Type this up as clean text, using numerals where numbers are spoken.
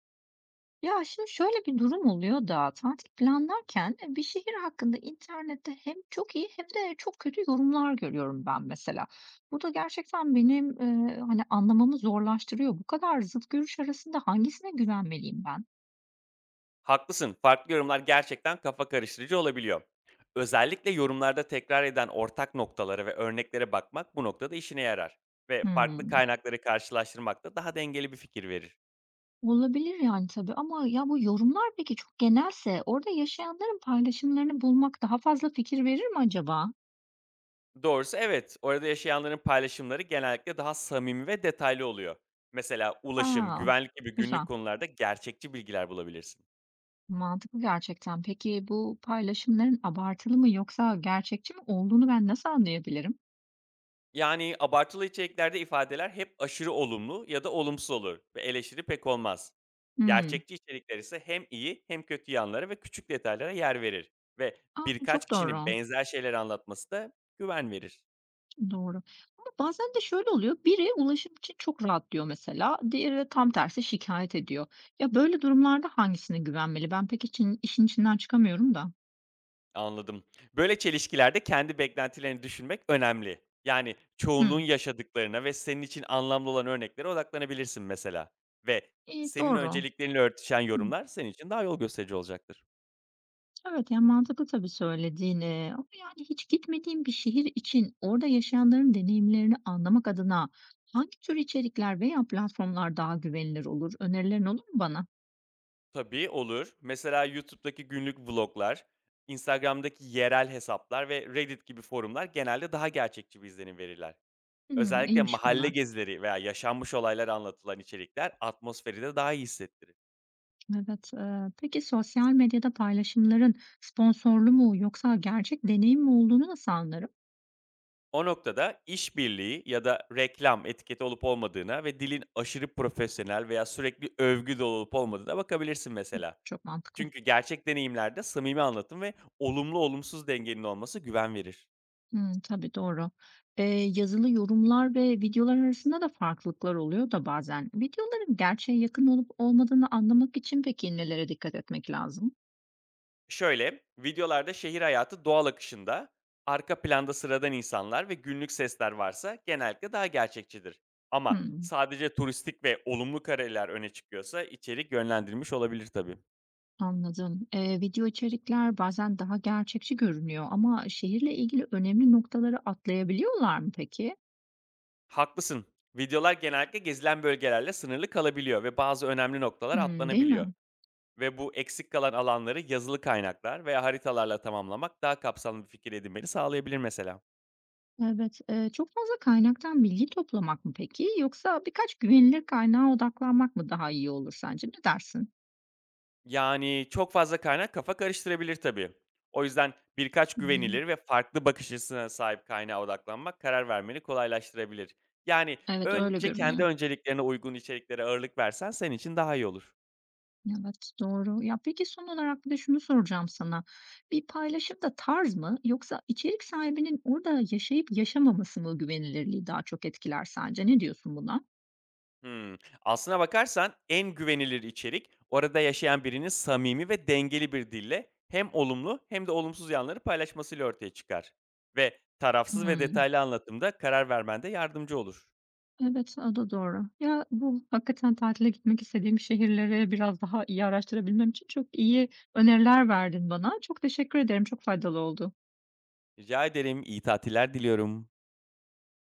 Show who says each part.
Speaker 1: Ya şimdi şöyle bir durum oluyor da tatil planlarken bir şehir hakkında internette hem çok iyi hem de çok kötü yorumlar görüyorum ben mesela. Bu da gerçekten benim hani anlamamı zorlaştırıyor. Bu kadar zıt görüş arasında hangisine güvenmeliyim ben?
Speaker 2: Haklısın. Farklı yorumlar gerçekten kafa karıştırıcı olabiliyor. Özellikle yorumlarda tekrar eden ortak noktalara ve örneklere bakmak bu noktada işine yarar ve farklı
Speaker 1: Hmm,
Speaker 2: kaynakları karşılaştırmak da daha dengeli bir fikir verir.
Speaker 1: olabilir yani tabii ama ya bu yorumlar peki çok genelse orada yaşayanların paylaşımlarını bulmak daha fazla fikir verir mi acaba?
Speaker 2: Doğrusu evet, orada yaşayanların paylaşımları genellikle daha samimi ve detaylı oluyor. Mesela ulaşım,
Speaker 1: Aa,
Speaker 2: güvenlik gibi günlük
Speaker 1: güzel.
Speaker 2: konularda gerçekçi bilgiler bulabilirsin.
Speaker 1: Mantıklı gerçekten. Peki bu paylaşımların abartılı mı yoksa gerçekçi mi olduğunu ben nasıl anlayabilirim?
Speaker 2: Yani abartılı içeriklerde ifadeler hep aşırı olumlu ya da olumsuz olur ve eleştiri pek olmaz.
Speaker 1: Hmm.
Speaker 2: Gerçekçi içerikler ise hem iyi hem kötü yanlara ve küçük detaylara yer verir ve
Speaker 1: Aa,
Speaker 2: birkaç
Speaker 1: çok
Speaker 2: kişinin
Speaker 1: doğru.
Speaker 2: benzer şeyler anlatması da güven verir.
Speaker 1: Doğru. Ama bazen de şöyle oluyor. Biri ulaşım için çok rahat diyor mesela. Diğeri de tam tersi şikayet ediyor. Ya böyle durumlarda hangisine güvenmeli? Ben pek için, işin içinden çıkamıyorum da.
Speaker 2: Anladım. Böyle çelişkilerde kendi beklentilerini düşünmek önemli. Yani
Speaker 1: Hmm.
Speaker 2: çoğunluğun yaşadıklarına ve senin için anlamlı olan örneklere odaklanabilirsin mesela ve
Speaker 1: İyi,
Speaker 2: senin
Speaker 1: doğru.
Speaker 2: önceliklerinle örtüşen
Speaker 1: Hı.
Speaker 2: yorumlar senin için daha yol gösterici olacaktır.
Speaker 1: Evet, yani mantıklı tabii söylediğin, ama yani hiç gitmediğim bir şehir için orada yaşayanların deneyimlerini anlamak adına hangi tür içerikler veya platformlar daha güvenilir olur? Önerilerin olur mu bana?
Speaker 2: Tabii, olur. Mesela YouTube'daki günlük vloglar, Instagram'daki yerel hesaplar ve Reddit gibi forumlar genelde daha gerçekçi bir izlenim verirler.
Speaker 1: Hımm,
Speaker 2: Özellikle
Speaker 1: iyiymiş
Speaker 2: mahalle
Speaker 1: bunlar.
Speaker 2: gezileri veya yaşanmış olaylar anlatılan içerikler atmosferi de daha iyi hissettirir.
Speaker 1: Evet, peki sosyal medyada paylaşımların sponsorlu mu yoksa gerçek deneyim mi olduğunu nasıl anlarım?
Speaker 2: O noktada işbirliği ya da reklam etiketi olup olmadığına ve dilin aşırı profesyonel veya sürekli övgü dolu olup olmadığına bakabilirsin mesela.
Speaker 1: Çok mantıklı.
Speaker 2: Çünkü gerçek deneyimlerde samimi anlatım ve olumlu olumsuz dengenin olması güven verir.
Speaker 1: Hımm. Tabii, doğru. Eee, yazılı yorumlar ve videolar arasında da farklılıklar oluyor da bazen. Videoların gerçeğe yakın olup olmadığını anlamak için peki nelere dikkat etmek lazım?
Speaker 2: Şöyle, videolarda şehir hayatı doğal akışında, arka planda sıradan insanlar ve günlük sesler varsa genellikle daha gerçekçidir. Ama
Speaker 1: Hımm,
Speaker 2: sadece turistik ve olumlu kareler öne çıkıyorsa içerik yönlendirilmiş olabilir tabii.
Speaker 1: anladım. Video içerikler bazen daha gerçekçi görünüyor ama şehirle ilgili önemli noktaları atlayabiliyorlar mı peki?
Speaker 2: Haklısın. Videolar genellikle gezilen bölgelerle sınırlı kalabiliyor ve bazı önemli noktalar
Speaker 1: Hımm, değil
Speaker 2: atlanabiliyor.
Speaker 1: mi?
Speaker 2: Ve bu eksik kalan alanları yazılı kaynaklar veya haritalarla tamamlamak daha kapsamlı bir fikir edinmeni sağlayabilir mesela.
Speaker 1: Evet. Çok fazla kaynaktan bilgi toplamak mı peki yoksa birkaç güvenilir kaynağa odaklanmak mı daha iyi olur sence? Ne dersin?
Speaker 2: Yani, çok fazla kaynak kafa karıştırabilir tabii. O yüzden birkaç
Speaker 1: Hımm.
Speaker 2: güvenilir ve farklı bakış açısına sahip kaynağa odaklanmak karar vermeni kolaylaştırabilir. Yani,
Speaker 1: Evet, öyle
Speaker 2: önce kendi
Speaker 1: görünüyor.
Speaker 2: önceliklerine uygun içeriklere ağırlık versen senin için daha iyi olur.
Speaker 1: Evet, doğru. Ya, peki son olarak bir de şunu soracağım sana. Bir paylaşım da tarz mı yoksa içerik sahibinin orada yaşayıp yaşamaması mı güvenilirliği daha çok etkiler sence? Ne diyorsun buna?
Speaker 2: Hımm. Aslına bakarsan en güvenilir içerik orada yaşayan birinin samimi ve dengeli bir dille hem olumlu hem de olumsuz yanları paylaşmasıyla ortaya çıkar ve tarafsız ve
Speaker 1: Hımm.
Speaker 2: detaylı anlatımda karar vermende yardımcı olur.
Speaker 1: Evet, o da doğru. Ya, bu hakikaten tatile gitmek istediğim şehirleri biraz daha iyi araştırabilmem için çok iyi öneriler verdin bana. Çok teşekkür ederim. Çok faydalı oldu.
Speaker 2: Rica ederim, iyi tatiller diliyorum.